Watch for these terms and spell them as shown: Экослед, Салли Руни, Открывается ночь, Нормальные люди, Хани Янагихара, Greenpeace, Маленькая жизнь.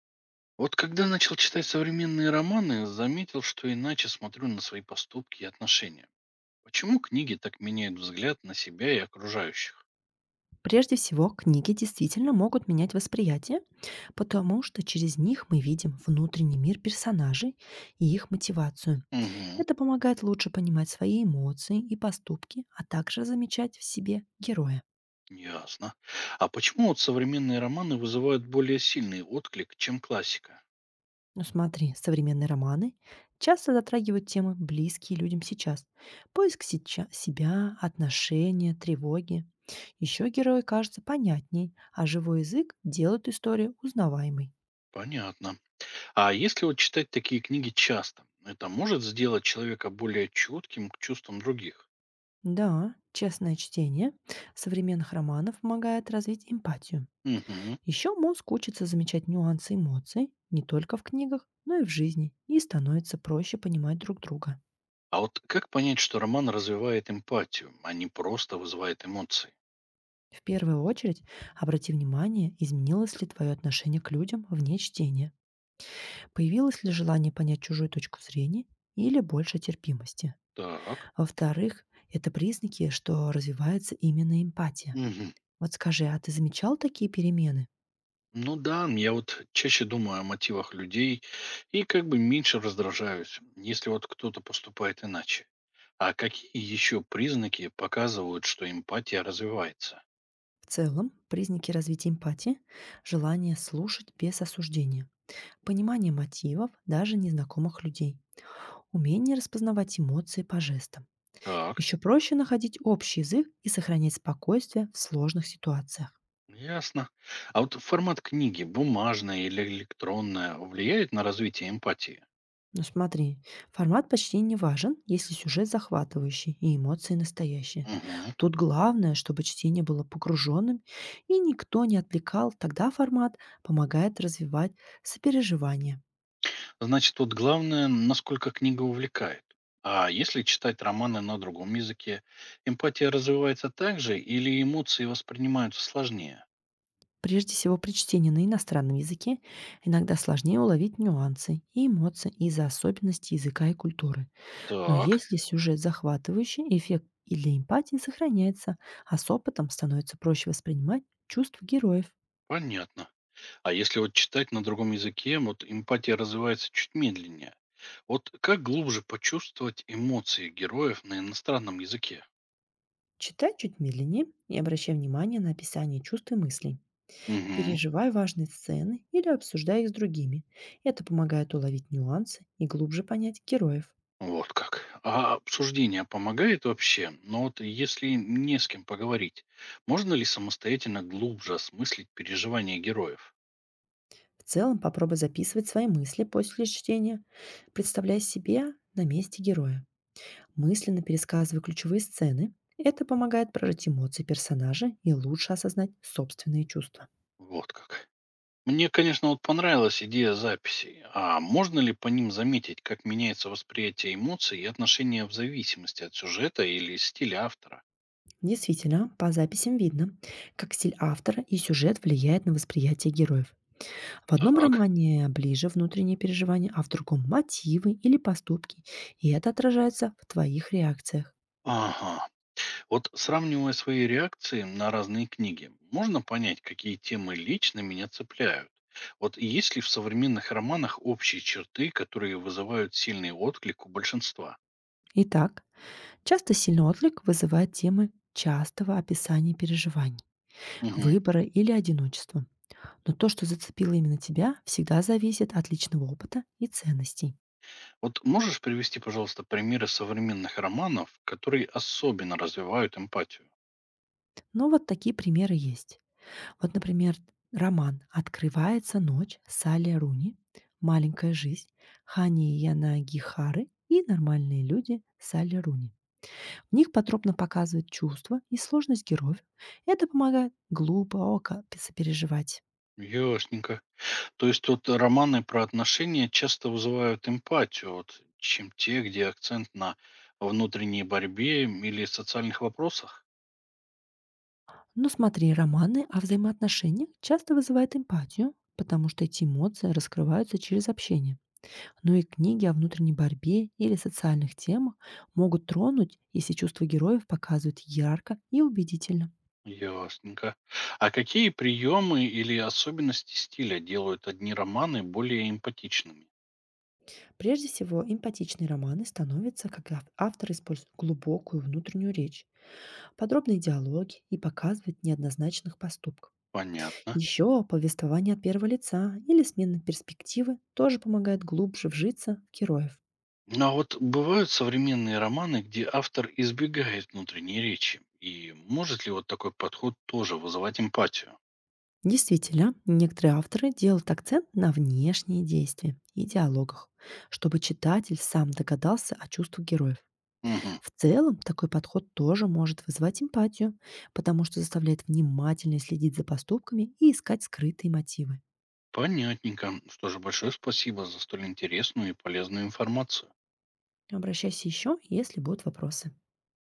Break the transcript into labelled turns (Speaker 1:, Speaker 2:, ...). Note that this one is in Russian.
Speaker 1: Вот когда начал читать современные романы, заметил, что иначе смотрю на свои поступки и отношения. Почему книги так меняют взгляд на себя и окружающих?
Speaker 2: Прежде всего, книги действительно могут менять восприятие, потому что через них мы видим внутренний мир персонажей и их мотивацию.
Speaker 1: Угу,
Speaker 2: Это помогает лучше понимать свои эмоции и поступки, а также замечать в себе героя.
Speaker 1: ясно. А почему вот современные романы вызывают более сильный отклик, чем классика?
Speaker 2: Но смотри, современные романы часто затрагивают темы, близкие людям сейчас. Поиск себя, отношения, тревоги. Еще герой кажется понятней, а живой язык делает историю узнаваемой.
Speaker 1: Понятно. А если вот читать такие книги часто, это может сделать человека более чутким к чувствам других?
Speaker 2: Да, честное чтение современных романов помогает развить эмпатию.
Speaker 1: Угу.
Speaker 2: Еще мозг учится замечать нюансы эмоций не только в книгах, но и в жизни, и становится проще понимать друг друга.
Speaker 1: А вот как понять, что роман развивает эмпатию, а не просто вызывает эмоции?
Speaker 2: В первую очередь, обрати внимание, изменилось ли твое отношение к людям вне чтения, появилось ли желание понять чужую точку зрения или больше терпимости.
Speaker 1: Так.
Speaker 2: Во-вторых, это признаки, что развивается именно эмпатия.
Speaker 1: Мгм.
Speaker 2: Вот скажи, а ты замечал такие перемены?
Speaker 1: Ну да, я вот чаще думаю о мотивах людей и как бы меньше раздражаюсь, если вот кто-то поступает иначе. А какие еще признаки показывают, что эмпатия развивается?
Speaker 2: В целом, признаки развития эмпатии– желание слушать без осуждения, понимание мотивов даже незнакомых людей, умение распознавать эмоции по жестам.
Speaker 1: Так,
Speaker 2: Еще проще находить общий язык и сохранять спокойствие в сложных ситуациях.
Speaker 1: ясно. А вот формат книги, бумажная или электронная, влияет на развитие эмпатии?
Speaker 2: Но смотри, формат почти не важен, если сюжет захватывающий и эмоции настоящие.
Speaker 1: Угу.
Speaker 2: Тут главное, чтобы чтение было погруженным и никто не отвлекал, тогда формат помогает развивать сопереживание.
Speaker 1: Значит, вот главное, насколько книга увлекает. А если читать романы на другом языке, эмпатия развивается также или эмоции воспринимаются сложнее?
Speaker 2: Прежде всего, при чтении на иностранном языке иногда сложнее уловить нюансы и эмоции из-за особенностей языка и культуры. Но
Speaker 1: Так.
Speaker 2: если сюжет захватывающий, эффект или эмпатии сохраняется, а с опытом становится проще воспринимать чувства героев.
Speaker 1: Понятно. А если вот читать на другом языке, вот эмпатия развивается чуть медленнее. Вот как глубже почувствовать эмоции героев на иностранном языке?
Speaker 2: Читай чуть медленнее и обращай внимание на описание чувств и мыслей.
Speaker 1: Угу.
Speaker 2: Переживай важные сцены или обсуждай их с другими. Это помогает уловить нюансы и глубже понять героев.
Speaker 1: Вот как. А обсуждение помогает вообще? Но вот если не с кем поговорить, можно ли самостоятельно глубже осмыслить переживания героев?
Speaker 2: В целом, попробуй записывать свои мысли после чтения, представляя себя на месте героя. Мысленно пересказывай ключевые сцены. Это помогает прожить эмоции персонажа и лучше осознать собственные чувства.
Speaker 1: Вот как. Мне, конечно, вот понравилась идея записей. А можно ли по ним заметить, как меняется восприятие эмоций и отношения в зависимости от сюжета или стиля автора?
Speaker 2: Действительно, по записям видно, как стиль автора и сюжет влияет на восприятие героев. В одном
Speaker 1: Так.
Speaker 2: романе ближе внутренние переживания, а в другом– мотивы или поступки, и это отражается в твоих реакциях.
Speaker 1: Ага. Вот сравнивая свои реакции на разные книги, можно понять, какие темы лично меня цепляют. Вот есть ли в современных романах общие черты, которые вызывают сильный отклик у большинства?
Speaker 2: Итак, часто сильный отклик вызывает темы частого описания переживаний,
Speaker 1: Мгм.
Speaker 2: выбора или одиночества. Но то, что зацепило именно тебя, всегда зависит от личного опыта и ценностей.
Speaker 1: Вот можешь привести, пожалуйста, примеры современных романов, которые особенно развивают эмпатию?
Speaker 2: Но вот такие примеры есть. Вот, например, роман «Открывается ночь» Салли Руни, «Маленькая жизнь» Хани Янагихары и «Нормальные люди» Салли Руни. В них подробно показывают чувства и сложность героев. Это помогает глубоко сопереживать.
Speaker 1: Ясненько. То есть вот романы про отношения часто вызывают эмпатию, вот, чем те, где акцент на внутренней борьбе или социальных вопросах?
Speaker 2: Но смотри, романы о взаимоотношениях часто вызывают эмпатию, потому что эти эмоции раскрываются через общение. Но и книги о внутренней борьбе или социальных темах могут тронуть, если чувства героев показывают ярко и убедительно.
Speaker 1: Ясненько. А какие приемы или особенности стиля делают одни романы более эмпатичными?
Speaker 2: Прежде всего, эмпатичные романы становятся, когда автор использует глубокую внутреннюю речь, подробные диалоги и показывает неоднозначных поступков.
Speaker 1: Понятно.
Speaker 2: Еще повествование от первого лица или смена перспективы тоже помогает глубже вжиться в героев.
Speaker 1: Ну, а вот бывают современные романы, где автор избегает внутренней речи. И может ли вот такой подход тоже вызывать эмпатию?
Speaker 2: Действительно, некоторые авторы делают акцент на внешние действия и диалогах, чтобы читатель сам догадался о чувствах героев.
Speaker 1: Мгм.
Speaker 2: В целом, такой подход тоже может вызывать эмпатию, потому что заставляет внимательно следить за поступками и искать скрытые мотивы.
Speaker 1: Понятненько. Что же, большое спасибо за столь интересную и полезную информацию.
Speaker 2: Обращайся еще, если будут вопросы.